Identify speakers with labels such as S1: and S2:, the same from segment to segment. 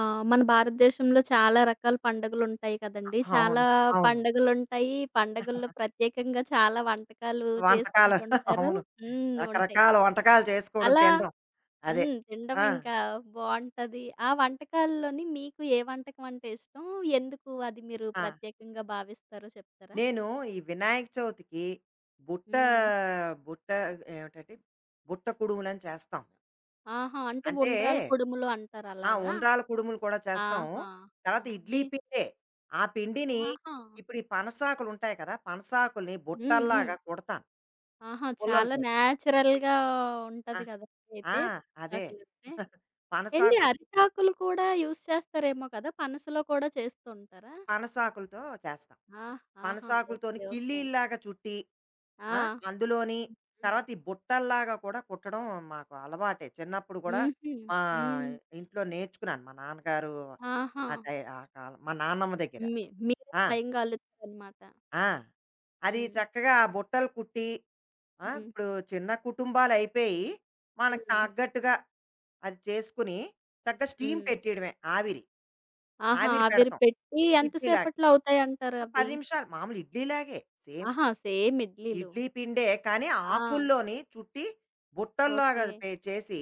S1: ఆ! మన భారతదేశంలో చాలా రకాల పండుగలుంటాయి కదండీ.
S2: అవును.
S1: చాలా
S2: అవును.
S1: పండుగలుంటాయి. పండుగల్లో ప్రత్యేకంగా చాలా వంటకాలు
S2: వంటకాలు
S1: చేసుకుంటుంటారు.
S2: అవును.
S1: హ్మ్. ఉంటాయి.
S2: రకరకాల వంటకాలు చేసుకోవడం,
S1: అలా
S2: తినడం. అదే.
S1: హ్మ్. తినడం
S2: ఆ!
S1: ఇంకా బావుంటది. ఆ వంటకాల్లోని మీకు ఏ వంటకం అంటే ఇష్టం? ఎందుకు అది మీరు
S2: ఆ!
S1: ప్రత్యేకంగా భావిస్తారో చెప్తారా?
S2: నేను ఈ వినాయక చవితికి బుట్ట
S1: హ్మ్.
S2: బుట్ట ఏమిటంటే, బుట్ట కుడుములని చేస్తాం.
S1: ఆహా! అంటే
S2: అంటే
S1: ఉండ్రాలు, కుడుములు అంటారు
S2: ఆ!
S1: అలాగా?
S2: ఉండ్రాల కుడుములు కూడా చేస్తాం.
S1: ఆహా! ఆ!
S2: తర్వాత ఇడ్లీ
S1: ఏ
S2: పిండే. ఆ పిండిని
S1: ఆహా!
S2: ఇప్పుడు ఈ పనసాకులుంటాయి కదా! పనసాకుల్ని
S1: హ్మ్. హ్మ్.
S2: బుట్టల్లాగా కుడతాను
S1: ఆహా! చాలా
S2: పుల్లలతోటి.
S1: నేచురల్‌గా
S2: ఆ!
S1: ఉంటది కదండీ
S2: ఆ!
S1: అయితే
S2: అదే.
S1: అరిటాకులంటే. ఏండి
S2: పనసాకులు
S1: అరిటాకులు కూడా యూజ్ చేస్తారేమో కదా! పనసలో కూడా చేస్తూ ఉంటారా?
S2: పనసాకులతో చేస్తాం.
S1: ఆ! ఆహా!
S2: పనసాకులతోని
S1: ఓకే. ఓకే.
S2: కిళ్ళీల్లాగా చుట్టి, ఆ!
S1: ఆ!
S2: అందులోని
S1: హ్మ్.
S2: తర్వాత ఈ బుట్టల్లాగా కూడా కుట్టడం మాకు అలవాటే. చిన్నప్పుడు కూడా
S1: హుహు.
S2: మా
S1: హ్మ్.
S2: ఇంట్లో నేర్చుకున్నాను. మా నాన్నగారు
S1: ఆహా!
S2: ఆ టై ఆ కాలం మా నాన్నమ్మ దగ్గర.
S1: మీరే
S2: ఆ!
S1: స్వయంగా అల్లుతారనమాట.
S2: ఆ! అది
S1: హ్మ్.
S2: చక్కగా ఆ బుట్టలు కుట్టి, ఆ!
S1: హ్మ్.
S2: ఇప్పుడు చిన్న కుటుంబాలయిపోయి, మనకు
S1: హ్మ్.
S2: తగ్గట్టుగా అది చేసుకుని, చక్కగా స్టీమ్
S1: హ్మ్.
S2: పెట్టేయడమే ఆవిరి.
S1: ఆహా!
S2: ఆవిరి
S1: ఆవిరి
S2: పెడతాం.
S1: పెట్టి
S2: ఇడ్లీలాగా.
S1: ఎంతసేపట్లో
S2: ఆ! 10
S1: అవుతాయంటారవి?
S2: నిమిషాలు మామూలు ఇడ్లీలాగే సేమ్.
S1: ఆహా! సేమ్ ఇడ్లీలు.
S2: ఇడ్లీ పిండే కానీ
S1: ఆ!
S2: ఆకుల్లోని చుట్టి బుట్టల్లాగా
S1: ఓకే.
S2: పే చేసి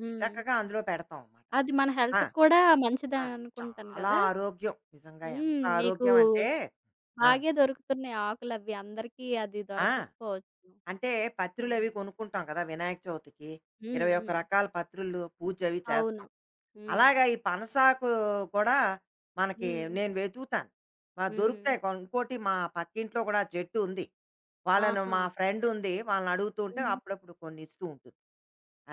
S1: హ్మ్.
S2: చక్కగా అందులో పెడతాం అన్నమాట.
S1: అది మన
S2: ఆ!
S1: హెల్త్‌కి కూడా మంచిదే
S2: ఆ!
S1: అనుకుంటాను
S2: చాలా
S1: కదా!
S2: ఆరోగ్యం. నిజంగా
S1: హ్మ్.
S2: ఎంత
S1: మీకు
S2: ఆరోగ్యం అంటే ఆ!
S1: బాగే దొరుకుతున్నాయి ఆకులవి. అందరికీ అది
S2: ఆ!
S1: దొరకకపోవచ్చు.
S2: అంటే పత్రులవి
S1: హ్మ్.
S2: కొనుక్కుంటాం కదా! వినాయక చవితికి.
S1: హ్మ్.
S2: 21
S1: హ్మ్.
S2: రకాల పత్రులు పూజ అవి
S1: అవును.
S2: చేస్తాం.
S1: హ్మ్.
S2: అలాగా ఈ పనసాకు కూడా మనకి
S1: హ్మ్.
S2: నేను వెతుకుతాను. మా
S1: హ్మ్.
S2: దొరుకుతాయి. ఇంకోటి మా పక్కింట్లో కూడా చెట్టు ఉంది. వాళ్ళను
S1: ఆహా!
S2: మా ఫ్రెండ్ ఉంది. వాళ్ళని అడుగుతూ ఉంటే
S1: హ్మ్.
S2: అప్పుడప్పుడు కొన్ని ఇస్తూ ఉంటుంది.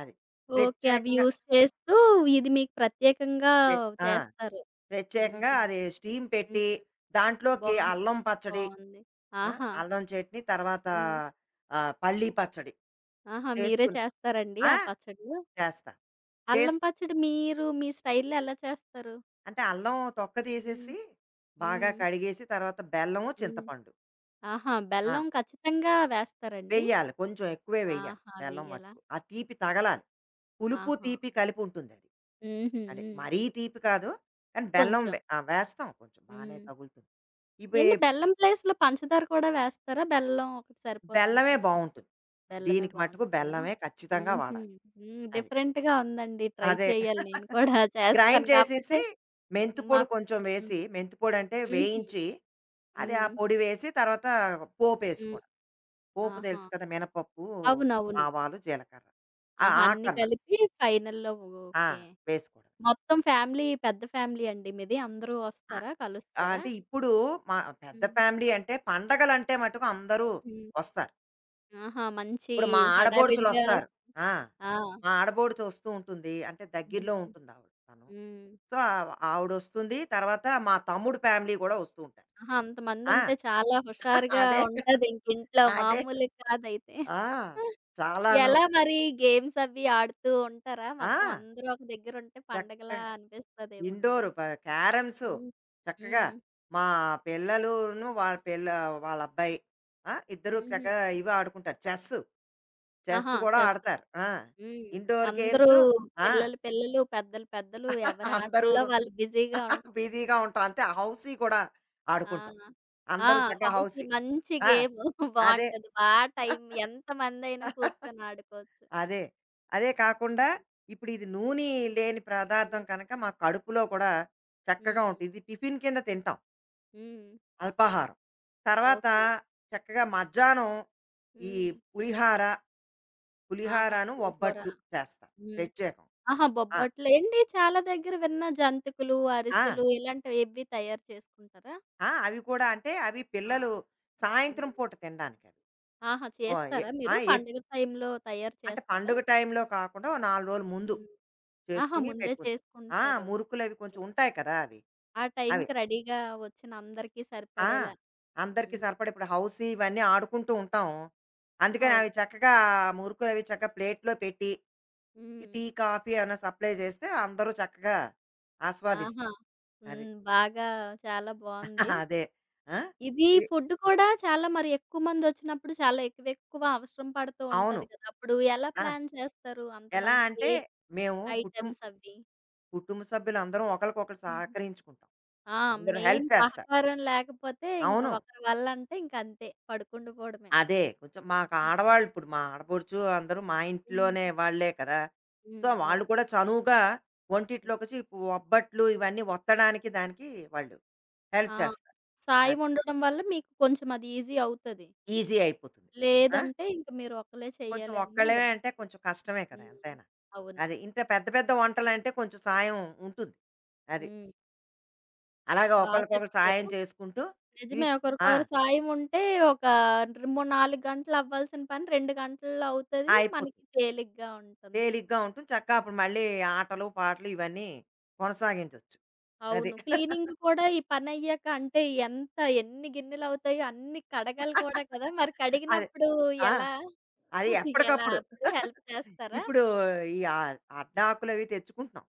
S2: అది.
S1: ఓకే. అవి
S2: ప్రత్యేకంగా
S1: యూజ్ చేస్తూ ఇది మీకు ప్రత్యేకంగా
S2: ప్ర ఆ!
S1: చేస్తారు.
S2: ప్రత్యేకంగా
S1: హుహు.
S2: అది స్టీమ్ పెట్టి
S1: హ్మ్.
S2: దాంట్లోకి
S1: బావుంది.
S2: అల్లం పచ్చడి,
S1: బావుంది.
S2: ఆ!
S1: ఆహా!
S2: అల్లం చట్నీ తర్వాత
S1: హ్మ్.
S2: పల్లి పచ్చడి
S1: ఆహా! మీరే
S2: చేసుకుని
S1: చేస్తారండి
S2: ఆ!
S1: ఆ పచ్చడ్లు?
S2: చేస్తా.
S1: అల్లం
S2: చేసి
S1: పచ్చడి మీరు మీ స్టైల్‌లో ఎలా చేస్తారు?
S2: అంటే అల్లం తొక్క
S1: హ్మ్.
S2: తీసేసి బాగా
S1: హ్మ్.
S2: కడిగేసి తర్వాత బెల్లము,
S1: హ్మ్.
S2: చింతపండు.
S1: ఆహా!
S2: ఆ!
S1: బెల్లం ఖచ్చితంగా వేస్తారండి?
S2: వెయ్యాలి. కొంచెం ఎక్కువే వెయ్యాలి.
S1: ఆహా!
S2: బెల్లం
S1: వెయ్యాలా?
S2: మటుకు. ఆ తీపి తగలాలి.
S1: ఓహ్!
S2: పులుపు,
S1: ఆహా!
S2: తీపి కలిపి ఉంటుందది.
S1: హుహు.
S2: అదే.
S1: హ్మ్.
S2: మరీ తీపి కాదు. కానీ బెల్లం
S1: కొంచెం.
S2: వె ఆ! వేస్తాం కొంచెం. బానే
S1: హ్మ్.
S2: తగులుతుంది. ఇవి
S1: ఏండి బెల్లం ప్లేస్‌లో పంచదార కూడా వేస్తారా? బెల్లం ఒకటి
S2: బెల్లమే
S1: సరిపోద్దంటారా?
S2: బావుంటుంది.
S1: బెల్లమే
S2: దీనికి మట్టుకు
S1: బావుంటదా?
S2: బెల్లమే ఖచ్చితంగా
S1: హుహు.
S2: వాడాలి.
S1: హ్మ్.
S2: అది.
S1: డిఫరెంట్‌గా ఉందండి. ట్రై
S2: అదే.
S1: చేయాలి నేను కూడా
S2: గ్రైండ్
S1: చేస్తాను. కాపోతే
S2: చేసేసి మెంతి పొడి
S1: మాకు
S2: కొంచెం
S1: హ్మ్.
S2: వేసి, మెంతి పొడి అంటే
S1: హుహు.
S2: వేయించి, అది ఆ
S1: హ్మ్.
S2: పొడి వేసి తర్వాత
S1: హ్మ్.
S2: పోపేసుకోవడం. పోపు
S1: ఆహా!
S2: తెలుసు కదా! మినపప్పు,
S1: అవునవును.
S2: ఆవాలు, జీలకర్ర. ఆ!
S1: ఆహా! అన్నీ
S2: ఆకన్నా.
S1: కలిపి ఫైనల్‌లో
S2: ఆ!
S1: ఓకే.
S2: వేసుకోవడమే.
S1: మొత్తం ఫ్యామిలీ పెద్ద ఫ్యామిలీ అండి మీది? అందరూ
S2: ఆ!
S1: వస్తారా?
S2: ఆహ్,
S1: కలుస్తారా?
S2: అంటే ఇప్పుడు మా పెద్ద
S1: హ్మ్.
S2: ఫ్యామిలీ అంటే పండగలంటే మటుకు అందరూ
S1: హ్మ్.
S2: వస్తారు.
S1: ఆహా! మంచి
S2: ఇప్పుడు మా
S1: హడావిడిగా
S2: ఆడబోడుచులొస్తారు.
S1: ఉంటది.
S2: ఆ!
S1: ఆ!
S2: మా ఆడబోడుచు వస్తూ ఉంటుంది. అంటే దగ్గరలో
S1: హ్మ్.
S2: ఉంటుంది ఆవిడ తను.
S1: హ్మ్.
S2: సో, ఆవిడొస్తుంది. తర్వాత మా తమ్ముడు ఫ్యామిలీ గూడా వస్తూ ఉంటారు.
S1: ఆహా!
S2: ఆ!
S1: అంతమందుంటే చాలా హుషారుగా
S2: అదే కదా!
S1: ఉంటది ఇంక ఇంట్లో
S2: అదే.
S1: మామూలుగా కాదైతే.
S2: ఆ! చాలాను.
S1: ఎలా మరి గేమ్స్ అవి ఆడుతూ ఉంటారా? మొత్తం
S2: ఆ!
S1: అందరూ ఒక దగ్గరుంటే
S2: చక్కగా
S1: పండగలా అనిపిస్తదేమో కదా!
S2: ఇండోర్ ప క్యారమ్స్
S1: హ్మ్.
S2: చక్కగా
S1: హ్మ్.
S2: మా పిల్లలును వాళ్ళ అబ్బాయి ఆ, ఇద్దరు
S1: హుహు.
S2: చక్కగా ఇవి ఆడుకుంటారు చెస్ చెస్
S1: ఆహా!
S2: కూడా
S1: చెస్
S2: ఆడతారు ఆ
S1: హ్మ్.
S2: ఇండోర్
S1: అందరూ
S2: గేమ్స్ ఆ
S1: పిల్లలు పిల్లలు, పెద్దలు పెద్దలు ఎవరి ఆటల్లో
S2: అందరూను
S1: వాళ్ళు బిజీగా ఉం
S2: బిజీగా ఉంటాం అంతే హౌసీ కూడా
S1: ఆ!
S2: ఆడుకుంటాం
S1: ఆ!
S2: అందరూ చక్కగా
S1: హౌసీ
S2: హౌసీ
S1: మంచి
S2: ఆ
S1: గేము
S2: అదే
S1: బావుంటది. బా టైం ఎంతమందైనా కూర్చొని ఆడుకోవచ్చు.
S2: అదే అదే కాకుండా ఇప్పుడు ఇది నూనె లేని పదార్థం కనుక మా కడుపులో కూడా చక్కగా
S1: హ్మ్.
S2: ఉంటుంది ఇది టిఫిన్ కింద తింటాం
S1: హ్మ్.
S2: అల్పాహారం. తర్వాత
S1: ఓకే.
S2: చక్కగా మధ్యాహ్నం ఈ
S1: హ్మ్.
S2: పులిహార,
S1: ఆహా!
S2: పులిహారను,
S1: పులిహోర.
S2: ఒబ్బట్లు చేస్తాం
S1: హ్మ్.
S2: ప్రత్యేకం.
S1: ఆహా!
S2: ఆ!
S1: బొబ్బట్లు ఏంటి చాలా దగ్గర విన్నా జంతికలు,
S2: ఆ!
S1: అరిసెలు ఇలాంటివి ఇవి తయారు చేసుకుంటారా?
S2: ఆ! అవి కూడా అంటే అవి
S1: ఆ!
S2: పిల్లలు
S1: హ్మ్.
S2: సాయంత్రం పూట తినడానికవి.
S1: ఆహా!
S2: ఓహ్! ఎ
S1: చేస్తారా
S2: ఆ!
S1: మీరు? పండుగ టైంలో తయారు
S2: అంటే
S1: చేస్తారా?
S2: పండుగ టైంలో కాకుండా ఓ 4 రోజుల ముందు
S1: హ్మ్. ఆహా!
S2: చేసుకొని
S1: ముందే
S2: పెట్టుకుని ఆ!
S1: చేసుకుంటారు.
S2: మురుకులవి కొంచెం ఉంటాయి కదా! అవి.
S1: ఆ
S2: అవి.
S1: టైంకి రెడీగా వచ్చిన అందరికీ
S2: ఆ!
S1: సరిపడేలా.
S2: అందరికీ
S1: హ్మ్.
S2: సరిపడా ఇప్పుడు హౌసీ ఇవన్నీ ఆడుకుంటూ
S1: హ్మ్.
S2: ఉంటాం. అందుకని
S1: అవును.
S2: అవి చక్కగా మురుకులవి చక్కగా ప్లేట్‌లో పెట్టి ఈ
S1: హ్మ్.
S2: టీ, కాఫీ ఏమైనా సప్లై చేస్తే అందరూ చక్కగా
S1: ఆహా!
S2: ఆస్వాదిస్తారు. అది.
S1: హ్మ్. బాగా చాలా బావుంది.
S2: అదే. ఆ!
S1: ఇది
S2: ఇది
S1: ఫుడ్ కూడా చాలా మరి ఎక్కువ మందొచ్చినప్పుడు చాలా ఎక్కువెక్కువ అవసరం పడుతూ
S2: అవును.
S1: ఉంటది కదా! అప్పుడు ఎలా
S2: ఆ!
S1: ప్లాన్ చేస్తారు?
S2: ఎలా
S1: అంతమందికి
S2: అంటే
S1: ఏ
S2: మేము
S1: ఐటెమ్స్ అవి?
S2: కుటుంబ సభ్యులందరం ఒకళ్ళకొకళ్ళు
S1: హ్మ్.
S2: సహకరించుకుంటాం.
S1: ఆ!
S2: అందరూ
S1: మెయిన్
S2: హెల్ప్ చేస్తారు.
S1: సహకారం లేకపోతే ఇంక
S2: అవును.
S1: ఒకరి వల్ల అంటే ఇంక అంతే పడుకుండిపోవడమే.
S2: అదే. కొంచెం మాకు
S1: హ్మ్.
S2: ఆడవాళ్ళు ఇప్పుడు మా ఆడపడుచు అందరూ మా ఇంట్లోనే
S1: హ్మ్.
S2: వాళ్ళే కదా! సో,
S1: హ్మ్.
S2: వాళ్ళు
S1: అవును.
S2: కూడా చనువుగా వంటిట్లోకొచ్చి ఒబ్బట్లు ఇవన్నీ ఒత్తడానికి దానికి వాళ్ళు హెల్ప్
S1: ఆ!
S2: చేస్తారు.
S1: సాయం
S2: అది.
S1: ఉండడం వల్ల మీకు కొంచెం అది ఈజీ అవుతది.
S2: ఈజీ అయిపోతుంది. ఆ!
S1: లేదంటే ఇంక మీరు ఒక్కళ్ళే
S2: కొంచెం
S1: చెయ్యాలి అన్న
S2: ఒక్కళ్ళమే అంటే
S1: ఇబ్బంది.
S2: కొంచెం కష్టమే కదా
S1: హ్మ్.
S2: ఎంతైనా.
S1: అవును.
S2: అది ఇంత పెద్ద పెద్ద వంటలంటే కొంచెం సాయం ఉంటుంది. అది.
S1: హ్మ్.
S2: అలాగా
S1: బా
S2: ఒకళ్ళకొకళ్ళు సాయం
S1: చెప్పారు.
S2: చేసుకుంటూ ఇవి
S1: నిజమే
S2: ఆ!
S1: ఒకరికొకరు సాయం ఉంటే ఒక ర్ మూ 4 గంటలు అవ్వాల్సిన పని 2 గంటల్లో అవుతది.
S2: ఆ,
S1: మనకి
S2: అయిపోతుంది.
S1: తేలిగ్గా ఉంటుంది.
S2: తేలిగ్గా ఉంటుంది. చక్కగా అప్పుడు మళ్ళీ ఆటలు, పాటలు ఇవన్నీ కొనసాగించొచ్చు. అది.
S1: అవును. క్లీనింగ్ కూడా ఈ పనయ్యాక అంటే ఎంత ఎన్ని గిన్నెలవుతాయో అన్ని కడగాలి కూడా కదా! మరి
S2: అది.
S1: కడిగినప్పుడు
S2: ఆ!
S1: ఎలా?
S2: అది
S1: ఎలా
S2: ఎప్పటికప్పుడు.
S1: అప్పుడు హెల్ప్ చేస్తారా?
S2: ఇప్పుడు ఈ అడ్డాకులవి తెచ్చుకుంటున్నాం.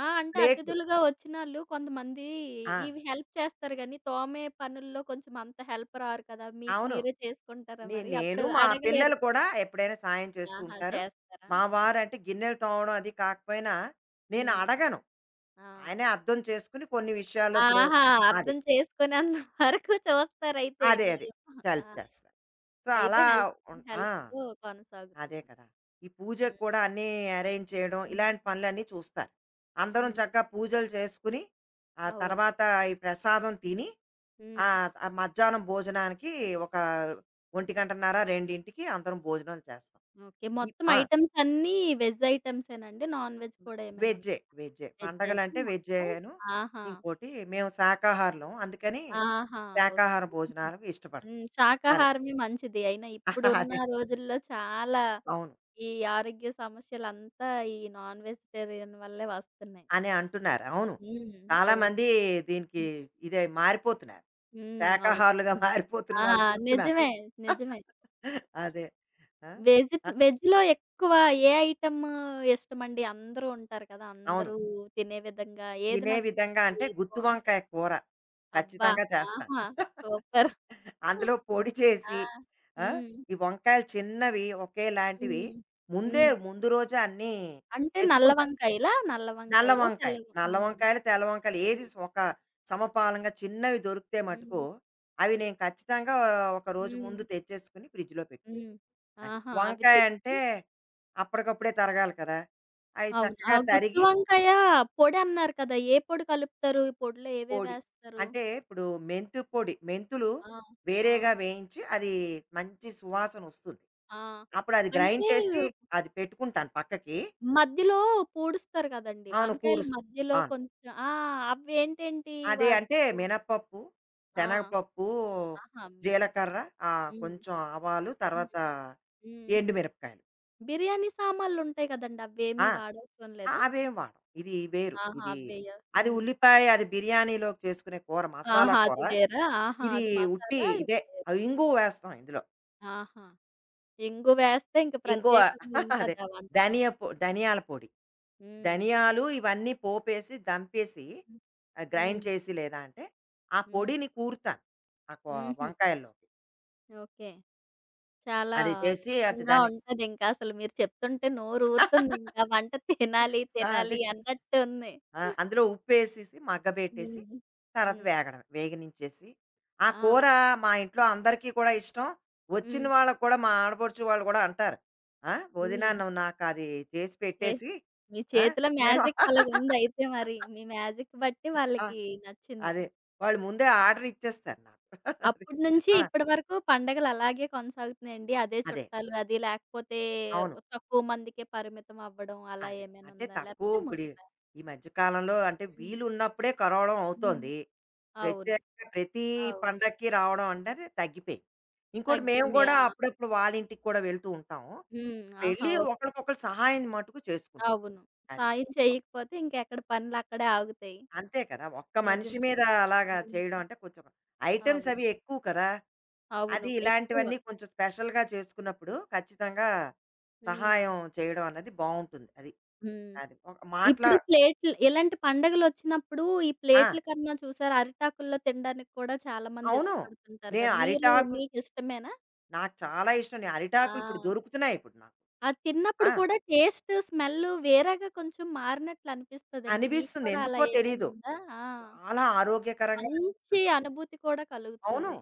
S1: ఆ! అంటే
S2: ప్లేట్లు.
S1: అతిథులుగా వచ్చినోళ్ళు కొంతమంది
S2: ఆ!
S1: ఇవి హెల్ప్ చేస్తారు గానీ, తోమే పనుల్లో కొంచెం అంత హెల్ప్ రారు కదా! మీకు
S2: అవును.
S1: మీరే చేసుకుంటారా మరి?
S2: నేను
S1: అప్పుడు
S2: మా
S1: అడగలేరు
S2: పిల్లలు
S1: కదా!
S2: కూడా ఎప్పుడైనా సాయం చేస్తూ
S1: ఆహా!
S2: ఉంటారు.
S1: చేస్తారా?
S2: మా వారంటే గిన్నెలు తోమడం అది కాకపోయినా నేను
S1: హ్మ్.
S2: అడగను.
S1: ఆ!
S2: ఆయనే అర్థం చేసుకొని కొన్ని విషయాల్లో ఇప్పుడు
S1: ఆహా!
S2: అది.
S1: అర్థం చేసుకునేంత వరకు చూస్తారయితే
S2: అదే
S1: మీ
S2: అదే.
S1: ఆ!
S2: హెల్ప్ చేస్తారు. సో,
S1: అయితే
S2: అలా
S1: హెల్ప్
S2: ఉన్ ఆ!
S1: హెల్ప్‌తో
S2: అదే
S1: కొనసాగుతుంది.
S2: కదా! ఈ పూజకు
S1: హ్మ్.
S2: కూడా అన్నీ అరేంజ్ చేయడం
S1: హ్మ్.
S2: ఇలాంటి పనులన్నీ చూస్తారు. అందరం
S1: హ్మ్.
S2: చక్కగా పూజలు చేసుకుని, ఆ
S1: అవును.
S2: తర్వాత ఈ ప్రసాదం తిని
S1: హ్మ్.
S2: ఆ మధ్యాహ్నం భోజనానికి ఒక 1:30, 2కి అందరం భోజనాలు చేస్తాం.
S1: ఓకే.
S2: ఈ
S1: మొత్తం
S2: ఆ!
S1: ఐటెమ్స్ అన్నీ వెజ్ ఐటెమ్సేనండి? నాన్ వెజ్ కూడా ఏమైనా ఉం
S2: వెజ్జే. వెజ్జే.
S1: వెజ్జేనా
S2: పండగలంటే
S1: మొత్తం?
S2: వెజ్జేను.
S1: ఆహా!
S2: ఇంకోటి మేము శాకాహారులం. అందుకని
S1: ఆహా! ఓకే.
S2: శాకాహార
S1: మంచిది.
S2: భోజనాలకు ఇష్టపడతాం.
S1: హ్మ్.
S2: అదే.
S1: శాకాహారమే మంచిది. అయినా
S2: ఆహా,
S1: ఇప్పుడున్న
S2: అదే.
S1: రోజుల్లో చాలా
S2: అవును.
S1: ఈ ఆరోగ్య సమస్యలంతా ఈ నాన్ వెజిటేరియన్ వల్లే వస్తున్నాయి.
S2: అని అంటున్నారు. అవును.
S1: హ్మ్. అవును.
S2: చాలామంది దీనికి
S1: హ్మ్.
S2: ఇదే మారిపోతున్నారు.
S1: హ్మ్. అవును.
S2: శాకాహారులుగా మారిపోతున్న
S1: ఆ!
S2: వాళ్ళని చూస్తున్నాను.
S1: నిజమే. నిజమే.
S2: అదే. ఆ!
S1: వెజిట్
S2: ఆ!
S1: వెజ్‌లో ఎక్కువ ఏ ఐటెమ్ ఇష్టమండి? అందరూ ఉంటారు కదా!
S2: అవును.
S1: అందరూ తినే విధంగా ఏది
S2: తినే విధంగా
S1: నచ్చుతది?
S2: అంటే
S1: ఏది
S2: గుత్తి వంకాయ
S1: బావుంటది?
S2: కూర
S1: అబ్బా!
S2: ఖచ్చితంగా చేస్తాను.
S1: ఆహా! సూపర్.
S2: అందులో పొడి
S1: ఆ!
S2: చేసి ఆ,
S1: హ్మ్.
S2: ఈ వంకాయలు చిన్నవి ఒకేలాంటివి
S1: హ్మ్. హ్మ్.
S2: ముందు రోజు అన్నీ
S1: అంటే నల్ల
S2: తెచ్చుకుంటాను.
S1: వంకాయలా? తెల్ల వం
S2: నల్ల
S1: హ్మ్.
S2: వంకాయలు, తెల్ల వంకాయలు ఏది
S1: హ్మ్.
S2: ఒక సమపాలంగా చిన్నవి దొరికితే మటుకు
S1: హ్మ్.
S2: అవి నేను ఖచ్చితంగా ఒక రోజు
S1: హ్మ్.
S2: ముందు తెచ్చేసుకుని ఫ్రిడ్జ్‌లో పెట్టుకుంటాను.
S1: హ్మ్.
S2: అది.
S1: ఆహా! అవి
S2: వంకాయ
S1: తెచ్చి
S2: అంటే అప్పటికప్పుడే తరగాలి కదా! అవి
S1: అవును. ఆ
S2: చక్కగా
S1: గుత్తి
S2: తరిగి
S1: వంకాయ పొడి అన్నారు కదా! ఏ పొడి కలుపుతారు? ఈ పొడిలో ఏవేవి
S2: పొడి.
S1: వేస్తారు?
S2: అంటే ఇప్పుడు మెంతు పొడి, మెంతులు
S1: ఆ! ఆ!
S2: వేరేగా వేయించి అది మంచి సువాసన వస్తుంది.
S1: ఆ!
S2: అప్పుడు అది గ్రైండ్
S1: అంటే
S2: చేసి అది పెట్టుకుంటాను పక్కకి.
S1: మధ్యలో పూడుస్తారు కదండీ!
S2: అవును.
S1: వంకాయల
S2: కూరుస్
S1: మధ్యలో
S2: అవును.
S1: కొంచెం ఆ! అవేంటేంటి
S2: అదే అంటే
S1: వాడతారు?
S2: మినపప్పు,
S1: ఆ!
S2: శనగపప్పు,
S1: ఆహా!
S2: జీలకర్ర,
S1: మినపప్పు. హ్మ్.
S2: కొంచెం ఆవాలు,
S1: హ్మ్.
S2: తర్వాత
S1: హ్మ్.
S2: ఎండుమిరపకాయలు.
S1: బిర్యానీ సామాన్లుంటాయి కదండీ!
S2: ఆ!
S1: అవేమీ వాడవసరం
S2: ఆ!
S1: లేదా?
S2: అవేం వాడం. ఇది వేరు.
S1: ఆహా!
S2: ఇది
S1: అవ్వేయా?
S2: అది
S1: హ్మ్.
S2: ఉల్లిపాయ అది బిర్యానీలోకి చేసుకునే కూర మసాలా
S1: ఆహా!
S2: కూర.
S1: అది వేరా? ఆహా!
S2: ఇది
S1: అది
S2: ఉట్టి
S1: మసాలా ఇది
S2: ఇదే
S1: వేరు.
S2: ఇంగువ వేస్తాం ఇందులో.
S1: ఆహా! ఇంగు వేస్తే ఇంక
S2: ఇంకో
S1: ప్రత్యేకంగా
S2: అదే.
S1: ఉంటది ఆ వంటకం.
S2: ధనియాల పొడి.
S1: హ్మ్.
S2: ధనియాలు ఇవన్నీ పోపేసి, దంపేసి
S1: హ్మ్.
S2: గ్రైండ్
S1: హ్మ్.
S2: చేసి లేదా అంటే, ఆ
S1: హ్మ్.
S2: పొడిని కూరుతాను. ఆ కొ
S1: హుహు.
S2: వంకాయల్లోకి.
S1: ఓకే. చాలా
S2: అది చేసి అది
S1: అద్భుతంగా
S2: దాన్ని
S1: ఉంటదింక. అసలు మీరు చెప్తుంటే నోరూరుతుంది ఇంకా వంట తినాలి,
S2: ఆ! అదే.
S1: తినాలి అన్నట్టు ఉంది.
S2: ఆ! అందులో ఉప్పేసేసి, మగ్గబెట్టేసి,
S1: హ్మ్.
S2: తర్వాత
S1: హ్మ్.
S2: వేగడమే. వేగనించేసి, ఆ
S1: ఆ!
S2: కూర మా ఇంట్లో అందరికీ కూడా ఇష్టం. వచ్చిన
S1: హ్మ్.
S2: వాళ్ళకి కూడా మా ఆడపడుచు వాళ్ళు కూడా అంటారు. "ఆ! వదినా
S1: హ్మ్.
S2: నువ్వు నాకది చేసి
S1: చే
S2: పెట్టేసి"
S1: మీ
S2: ఆ!
S1: చేతిలో
S2: నేను
S1: మ్యాజిక్ అలాగుందయితే మరి. మీ మ్యాజిక్ బట్టి
S2: ఆ!
S1: వాళ్ళకి నచ్చింది.
S2: అదే. వాళ్ళు ముందే ఆర్డర్ ఇచ్చేస్తారు నాకు. అది.
S1: అప్పటి నుంచి
S2: ఆ!
S1: ఇప్పటి వరకు పండగలు అలాగే కొనసాగుతున్నాయండి. అదే
S2: అదే.
S1: చుట్టాలు అది లేకపోతే
S2: అవును.
S1: తక్కువ మందికే పరిమితం అవ్వడం అలా
S2: అదే.
S1: ఏమైనా
S2: అంటే
S1: ఉందా?
S2: తక్కువ
S1: లేకపోతే
S2: ఇప్పుడు ఈ
S1: ముందులా?
S2: ఈ మధ్య కాలంలో అంటే
S1: హ్మ్.
S2: వీలున్నప్పుడే కలవడం
S1: హ్మ్.
S2: అవుతోంది.
S1: అవును.
S2: ప్రత్యేకంగా ప్రతి
S1: అవును.
S2: పండక్కి రావడం అనేది తగ్గిపోయింది. ఇంకోటి మేము
S1: తగ్గింది.
S2: కూడా
S1: ఆ!
S2: అప్పుడప్పుడు వాళ్ళ ఇంటికి కూడా వెళ్తూ ఉంటాం.
S1: హ్మ్. ఆహా!
S2: వెళ్ళి
S1: ఓకే.
S2: ఒకళ్ళకొకళ్ళు సహాయం మటుకు చేసుకుంటాం.
S1: అవును.
S2: అది.
S1: సాయం చేయకపోతే ఇంకెక్కడ పనులక్కడే ఆగుతాయి.
S2: అంతే కదా! ఒక్క మనిషి
S1: నిజమే.
S2: మీద అలాగా చేయడం
S1: హ్మ్.
S2: అంటే కొంచెం ఐటెమ్స్
S1: అవును.
S2: అవి ఎక్కువ కదా!
S1: అవును.
S2: అది
S1: ఎక్కువ.
S2: ఇలాంటివన్నీ కొంచెం స్పెషల్‌గా చేసుకున్నప్పుడు ఖచ్చితంగా
S1: హ్మ్.
S2: సహాయం చేయడం అన్నది బావుంటుంది. అది.
S1: హ్మ్.
S2: అది. ఒక మాట్లా
S1: ఇప్పుడు ప్లేట్లు ఇలాంటి పండగలొచ్చినప్పుడు ఈ
S2: ఆ!
S1: ప్లేట్ల కన్నా చూసారా అరిటాకుల్లో తినడానికి కూడా చాలా మంది
S2: అవును.
S1: ఇష్టపడుతుంటారు
S2: నేను
S1: కదా! మీరు
S2: అరిటాకులు
S1: మీకిష్టమేనా?
S2: నాకు చాలా ఇష్టం. నేను అరిటాకులు ఇప్పుడు
S1: ఆ!
S2: దొరుకుతున్నాయి ఇప్పుడు నాకు.
S1: అది
S2: ఆ!
S1: తిన్నప్పుడు కూడా టేస్ట్, స్మెల్ వేరేగా కొంచెం మారినట్లు అనిపిస్తదండి. మీకు
S2: అనిపిస్తుంది.
S1: కూడా అలా
S2: ఎందుకో
S1: ఏమైనా
S2: తెలీదు.
S1: ఉందా? ఆ!
S2: చాలా ఆరోగ్యకరంగా
S1: మంచి
S2: అనిపిస్తుంది.
S1: అనుభూతి కూడా
S2: అవును.
S1: కలుగుతది.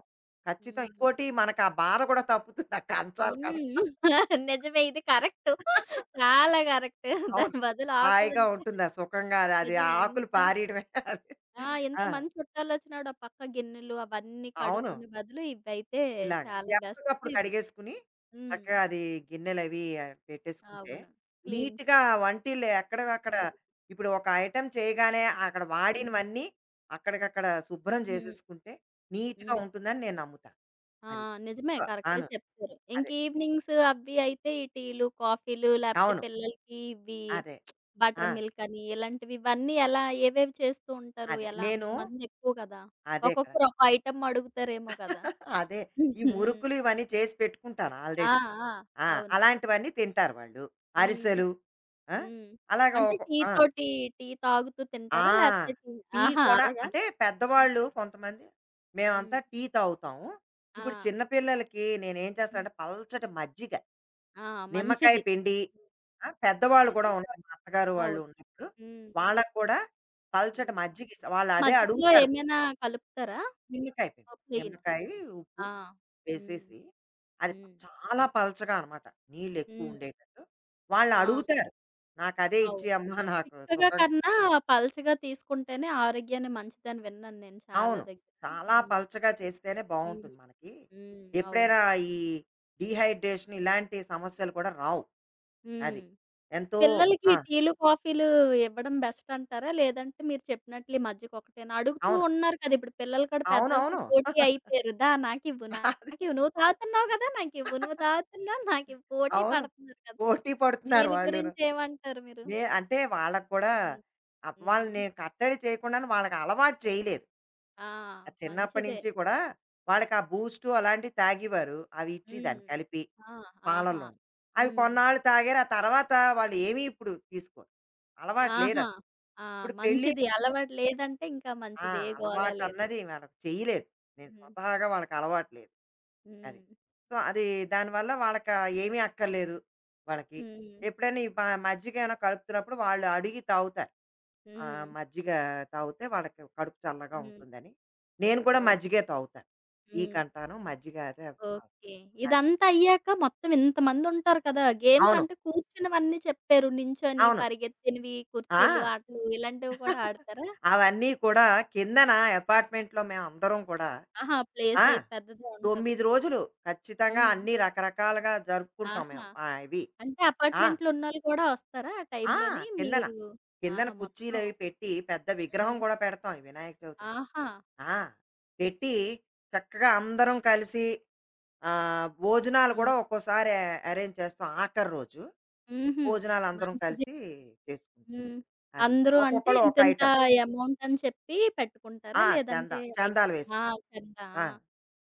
S2: ఖచ్చితం.
S1: హ్మ్.
S2: ఇంకోటి మనకు ఆ బాధ కూడా తప్పుతుంది ఆ కంచాలు కడ
S1: హ్మ్. నిజమే ఇది కరెక్టు. చాలా కరెక్ట్.
S2: అవును.
S1: దాని బదులు
S2: హాయిగా
S1: ఆకులుంటే
S2: ఉంటుంది. ఆ సుఖంగా అది. అది ఆ
S1: నిజమే
S2: ఆకులు
S1: ఎంత
S2: పారేయడమే అది.
S1: ఆ!
S2: ఆ!
S1: ఇంత మంది చుట్టాలొచ్చినప్పుడు ఆ పక్క గిన్నెలు అవన్నీ
S2: అవును.
S1: కడుక్కునే బదులు ఇవైతే
S2: ఇలాగ.
S1: చాలా బెస్ట్
S2: ఎప్పటికప్పుడు
S1: ఇది.
S2: కడిగేసుకుని
S1: హ్మ్.
S2: చక్కగా అది గిన్నెలవి పెట్టేసుకుంటే
S1: అవును. క్లీన్
S2: నీట్‌గా వంటిల్లు ఎక్కడివక్కడ ఇప్పుడు ఒక ఐటెమ్ చేయగానే అక్కడ
S1: హ్మ్.
S2: వాడినవన్నీ అక్కడికక్కడ శుభ్రం
S1: హ్మ్.
S2: చేసేసుకుంటే నీట్‌గా
S1: హ్మ్.
S2: ఉంటుందని నేను నమ్ముతాను.
S1: ఆ!
S2: అది.
S1: నిజమే
S2: సో
S1: కరెక్టే
S2: అవును.
S1: చెప్పారు. ఇంక
S2: అదే.
S1: ఈవినింగ్స్ అవి అయితే ఈ టీలు, కాఫీలు లేపోతే
S2: అవును.
S1: పిల్లలకి ఇవి
S2: అదే. ఆ!
S1: బటర్ మిల్క్ అని ఇలాంటివి ఇవన్నీ ఎలా ఏవేవి చేస్తూ ఉంటారు?
S2: అదే.
S1: ఎలా
S2: నేను
S1: అంతమంది ఎక్కువ కదా!
S2: అదే కదా!
S1: ఒక్కొక్కరు ఒక ఐటెమ్ అడుగుతారేమో కదా!
S2: అదే. ఈ
S1: హ్మ్.
S2: మురుకులు ఇవన్నీ చేసి పెట్టుకుంటాను
S1: ఆ!
S2: ఆల్రెడీ.
S1: ఆ!
S2: ఆ!
S1: అవును.
S2: అలాంటివన్నీ తింటారు వాళ్ళు.
S1: హ్మ్.
S2: అరిసెలు. ఆ!
S1: హ్మ్.
S2: అలాగా
S1: అంటే
S2: ఒక
S1: టీ
S2: ఆ!
S1: తోటి టీ తాగుతూ
S2: ఆ!
S1: తింటారా? లేకపోతే టీ
S2: టీ
S1: ఆహా!
S2: కూడా
S1: అలాగా?
S2: అంటే పెద్దవాళ్ళు
S1: హుహు.
S2: కొంతమంది మేమంతా
S1: హ్మ్.
S2: టీ తాగుతాము.
S1: ఆ!
S2: ఇప్పుడు చిన్న పిల్లలకి నేనేం
S1: హ్మ్.
S2: చేస్తానంటే పల్చటి మజ్జిగ,
S1: ఆ!
S2: నిమ్మకాయ
S1: మంచిది.
S2: పిండి
S1: హ్మ్.
S2: ఆ! పెద్దవాళ్ళు కూడా
S1: అవును.
S2: ఉన్నారు. మా అత్తగారు వాళ్ళు
S1: అవును.
S2: ఉన్నప్పుడు
S1: హ్మ్.
S2: వాళ్ళకి కూడా పల్చటి
S1: హ్మ్.
S2: మజ్జిగ ఇస్తా. వాళ్ళు అదే
S1: మజ్జిగలో
S2: అడుగుతారు.
S1: ఏమైనా కలుపుతారా?
S2: నిమ్మకాయ పిండి,
S1: ఓ ప్లెయిన్.
S2: నిమ్మకాయ, ఉప్పు
S1: ఆ! హ్మ్.
S2: వేసేసి అది
S1: హ్మ్.
S2: చాలా పల్చగా అనమాట. నీళ్ళు ఎక్కువ
S1: హ్మ్.
S2: ఉండేటట్టు. వాళ్ళు
S1: ఆ!
S2: అడుగుతారు. "నాకదే
S1: అవును.
S2: ఇచ్చేయమ్మా నాకు
S1: చిక్కగా
S2: సుఖంగా"
S1: కన్నా పలచగా తీసుకుంటేనే ఆరోగ్యానికి మంచిదని విన్నాను నేను చాలా
S2: అవును.
S1: దగ్గర.
S2: చాలా
S1: హ్మ్.
S2: పలచగా చేస్తేనే
S1: హ్మ్.
S2: బావుంటుంది మనకి.
S1: హ్మ్. అవును.
S2: ఎప్పుడైనా ఈ డీహైడ్రేషన్ ఇలాంటి సమస్యలు కూడా రావు.
S1: హ్మ్.
S2: అది. ఎంతో
S1: పిల్లలకి
S2: ఆ!
S1: టీలు, కాఫీలు ఇవ్వడం బెస్ట్ అంటారా? లేదంటే మీరు చెప్పినట్లు ఈ మధ్యకొకటేనా? అడుగుతూ
S2: అవును.
S1: ఉన్నారు కదా! ఇప్పుడు పిల్లలు కూడా పెద్దలతో
S2: అవునవును.
S1: పోటీ అయిపోయారు. "దా నాకివ్వు,
S2: అది.
S1: నాకివ్వు. నువ్వు తాగుతున్నావు కదా! నాకివ్వు. నువ్వు తాగుతున్నావు నాకివ్వు." పోటీ
S2: అవును.
S1: పడుతున్నారు కదా!
S2: పోటీ పడుతున్నారు
S1: దీని
S2: వాళ్ళును.
S1: గురించి ఏమంటారు మీరు?
S2: నే అంటే వాళ్ళకి కూడా
S1: హ్మ్.
S2: వాళ్ళని
S1: హ్మ్.
S2: నేను కట్టడి చేయకుండానే వాళ్ళకి అలవాటు చేయలేదు.
S1: ఆ!
S2: ఆ చిన్నప్పటి
S1: మంచిదే.
S2: నుంచి కూడా వాళ్ళకి ఆ బూస్టు అలాంటివి తాగేవారు. అవి
S1: హ్మ్.
S2: ఇచ్చేదాన్ని కలిపి.
S1: ఆ! ఆహా!
S2: పాలల్లోని. అవి
S1: హ్మ్.
S2: కొన్నాళ్ళు తాగారు. ఆ తర్వాత వాళ్ళు ఏమీ ఇప్పుడు తీసుకోరు. అలవాటు లేదు
S1: ఆహా!
S2: అసలు.
S1: ఆ!
S2: ఇప్పుడు పెళ్లి
S1: మంచిది. అలవాటు లేదంటే ఇంకా
S2: ఆ!
S1: మంచిది. ఏ గోల లేదు.
S2: అలవాటన్నది వాళ్ళకి చెయ్యలేదు. నేను
S1: హ్మ్.
S2: స్వతహాగా వాళ్ళకి అలవాటు లేదు. అది.
S1: హ్మ్.
S2: సో, అది దానివల్ల వాళ్ళకి ఏమీ అక్కర్లేదు వాళ్ళకి.
S1: హ్మ్.
S2: ఎప్పుడైనా ఈ ప మజ్జిగ ఏమైనా కలుపుతున్నప్పుడు వాళ్ళు అడిగి తాగుతారు. ఆ
S1: హ్మ్.
S2: మజ్జిగ తాగితే వాళ్ళకి కడుపు చల్లగా
S1: హ్మ్.
S2: ఉంటుందని. నేను కూడా
S1: ఓకే.
S2: మజ్జిగే తాగుతాను. టీ
S1: హ్మ్.
S2: కంటాను మజ్జిగ అదే.
S1: ఓకే. ఇదంతా అయ్యాక మొత్తం ఇంతమందుంటారు కదా! గేమ్స్
S2: అవును.
S1: అంటే కూర్చున్నవన్నీ చెప్పారు. నించొని
S2: అవును.
S1: పరిగెత్తినవి, కుర్చీలు
S2: ఆ!
S1: ఆటలు ఇలాంటివి కూడా ఆడతారా?
S2: అవన్నీ కూడా కిందన అపార్ట్మెంట్‌లో మేమందరం కూడా
S1: ఆహా!
S2: ఆ!
S1: ప్లేసయితే పెద్దదే ఉంటది.
S2: 9 రోజులు ఖచ్చితంగా
S1: హ్మ్.
S2: అన్ని రకరకాలుగా జరుపుకుంటాం
S1: ఆహా!
S2: మేము. ఆ! ఇవి.
S1: అంటే
S2: ఆ!
S1: అపార్ట్‌మెంట్‌లో ఉన్నోళ్ళు కూడా వస్తారా ఆ
S2: ఆ!
S1: టైంలోని?
S2: కిందన.
S1: మీరు
S2: కిందన
S1: ఆహా! మొత్తం
S2: కుర్చీలవి పెట్టి పెద్ద విగ్రహం
S1: హ్మ్.
S2: కూడా పెడతాం ఈ వినాయక చవితి నాడు.
S1: ఆహా!
S2: ఆ! పెట్టి చక్కగా అందరం కలిసి భోజనాలు
S1: హ్మ్.
S2: కూడా ఒక్కోసారి అరేంజ్ చేస్తాం ఆఖరి రోజు.
S1: హుహు.
S2: భోజనాలు అందరం
S1: మంచిది.
S2: కలిసి చేసుకుంటాం.
S1: హ్మ్.
S2: అది.
S1: అందరూ అంటే
S2: ఒక్కొక్కళ్ళు ఒక
S1: ఇంతింత
S2: ఐటెమ్.
S1: అమౌంటని చెప్పి పెట్టుకుంటారా?
S2: ఆ! చందా.
S1: లేదంటే అయి
S2: చందాలు
S1: ఆ!
S2: వేసుకుంటాం.
S1: చందా.
S2: ఆ!
S1: ఆ!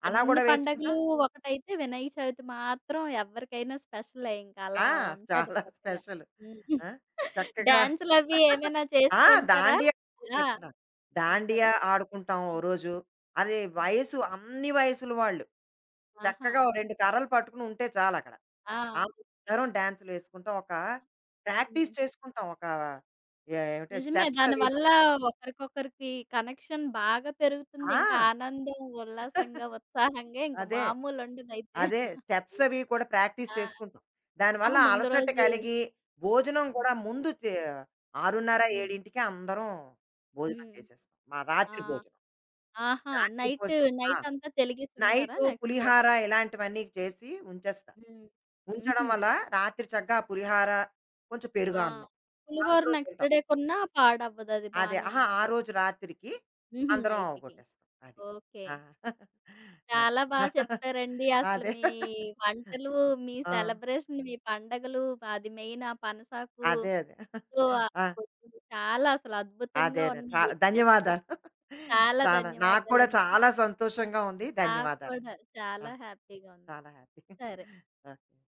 S2: అలా
S1: అన్ని
S2: కూడా
S1: పండగలు
S2: వేసుకుంటాం.
S1: ఒకటైతే వినాయక చవితి మాత్రం ఎవరికైనా స్పెషలే. ఇంక అలా
S2: ఆ!
S1: ఉంటది
S2: చాలా
S1: పండగ.
S2: స్పెషలు.
S1: హ్మ్.
S2: ఆ! చక్కగా
S1: డాన్సులవి ఏమైనా
S2: ఆ!
S1: చేస్తూ ఉంటారా?
S2: దాండియా అదే
S1: ఆ!
S2: చెప్తున్నా. దాండియా
S1: ఉంటదా?
S2: ఆడుకుంటాం ఓ రోజు. అది
S1: హ్మ్.
S2: వయసు అన్ని వయసుల వాళ్ళు.
S1: ఆహా!
S2: చక్కగా ఓ 2 కర్రలు పట్టుకొని ఉంటే చాలక్కడ.
S1: ఆ!
S2: అందరం డాన్సులేసుకుంటాం. ఒక
S1: హ్మ్.
S2: ప్రాక్టీస్ చేసుకుంటాం. ఒక ఏమిటి
S1: నిజమే.
S2: స్టెప్స్ అవిను.
S1: దానివల్ల ఒకరికొకరికి కనెక్షన్ బాగా పెరుగుతుంది.
S2: ఆ!
S1: ఇంకా ఆనందం, ఉల్లాసంగా, ఉత్సాహంగా ఇంక
S2: అదే.
S1: మామూలుండదయితే.
S2: అదే స్టెప్స్ అవి కూడా ప్రాక్టీస్
S1: ఆ!
S2: చేసుకుంటాం. దానివల్ల
S1: ఆహా! ముందు
S2: అలసట
S1: రోజు
S2: కలిగి, భోజనం
S1: హ్మ్.
S2: కూడా ముందు 6:30,
S1: హ్మ్.
S2: 7కే అందరం భోజనం
S1: హ్మ్.
S2: చేసేస్తాం. మా
S1: ఆ!
S2: రాత్రి భోజనం.
S1: ఆహా!
S2: రాత్రి
S1: నైట్
S2: భోజనం ఆ!
S1: నైటంతా తెలిగేసుంటారా
S2: నైటు
S1: నెక్స్ట్ డే
S2: పులిహార
S1: వరకు?
S2: ఇలాంటివన్నీ చేసి ఉంచేస్తా.
S1: హ్మ్.
S2: ఉంచడం
S1: హుహు.
S2: వల్ల రాత్రి చక్కగా ఆ పులిహార, కొంచెం
S1: ఆ!
S2: పెరుగన్నం
S1: పులిహోర
S2: అందరూ
S1: నెక్స్ట్
S2: తింటాం.
S1: డే కొన్నా పాడవ్వదది
S2: అదే.
S1: బానే
S2: అహా! ఆ
S1: ఉంటది.
S2: రోజు రాత్రికి
S1: హుహు.
S2: అందరం
S1: నైట్‌కి.
S2: అవగొట్టేస్తాం. అది.
S1: ఓకే.
S2: ఆ! అది.
S1: చాలా బా చెప్పారండి. అసలు
S2: అదే.
S1: మీ వంటలు, మీ
S2: ఆ!
S1: సెలబ్రేషన్, మీ పండగలు అది మెయిన్ ఆ
S2: అదే. అదే.
S1: పనసాకుతో ఆ
S2: ఆ!
S1: పొద్దులు చాలా అసలు అద్భుతంగా
S2: అదేలే.
S1: ఉన్నాయి చెప్తే.
S2: ధన్యవాదాలు.
S1: చాలా
S2: చాలా నాకు కూడా
S1: ధన్యవాదాలండి.
S2: చాలా సంతోషంగా ఉంది.
S1: నాకు
S2: ధన్యవాదాలు.
S1: కూడా
S2: ఆ!
S1: చాలా హ్యాపీగా ఉంది.
S2: చాలా హ్యాపీ.
S1: సరే.
S2: ఓకే.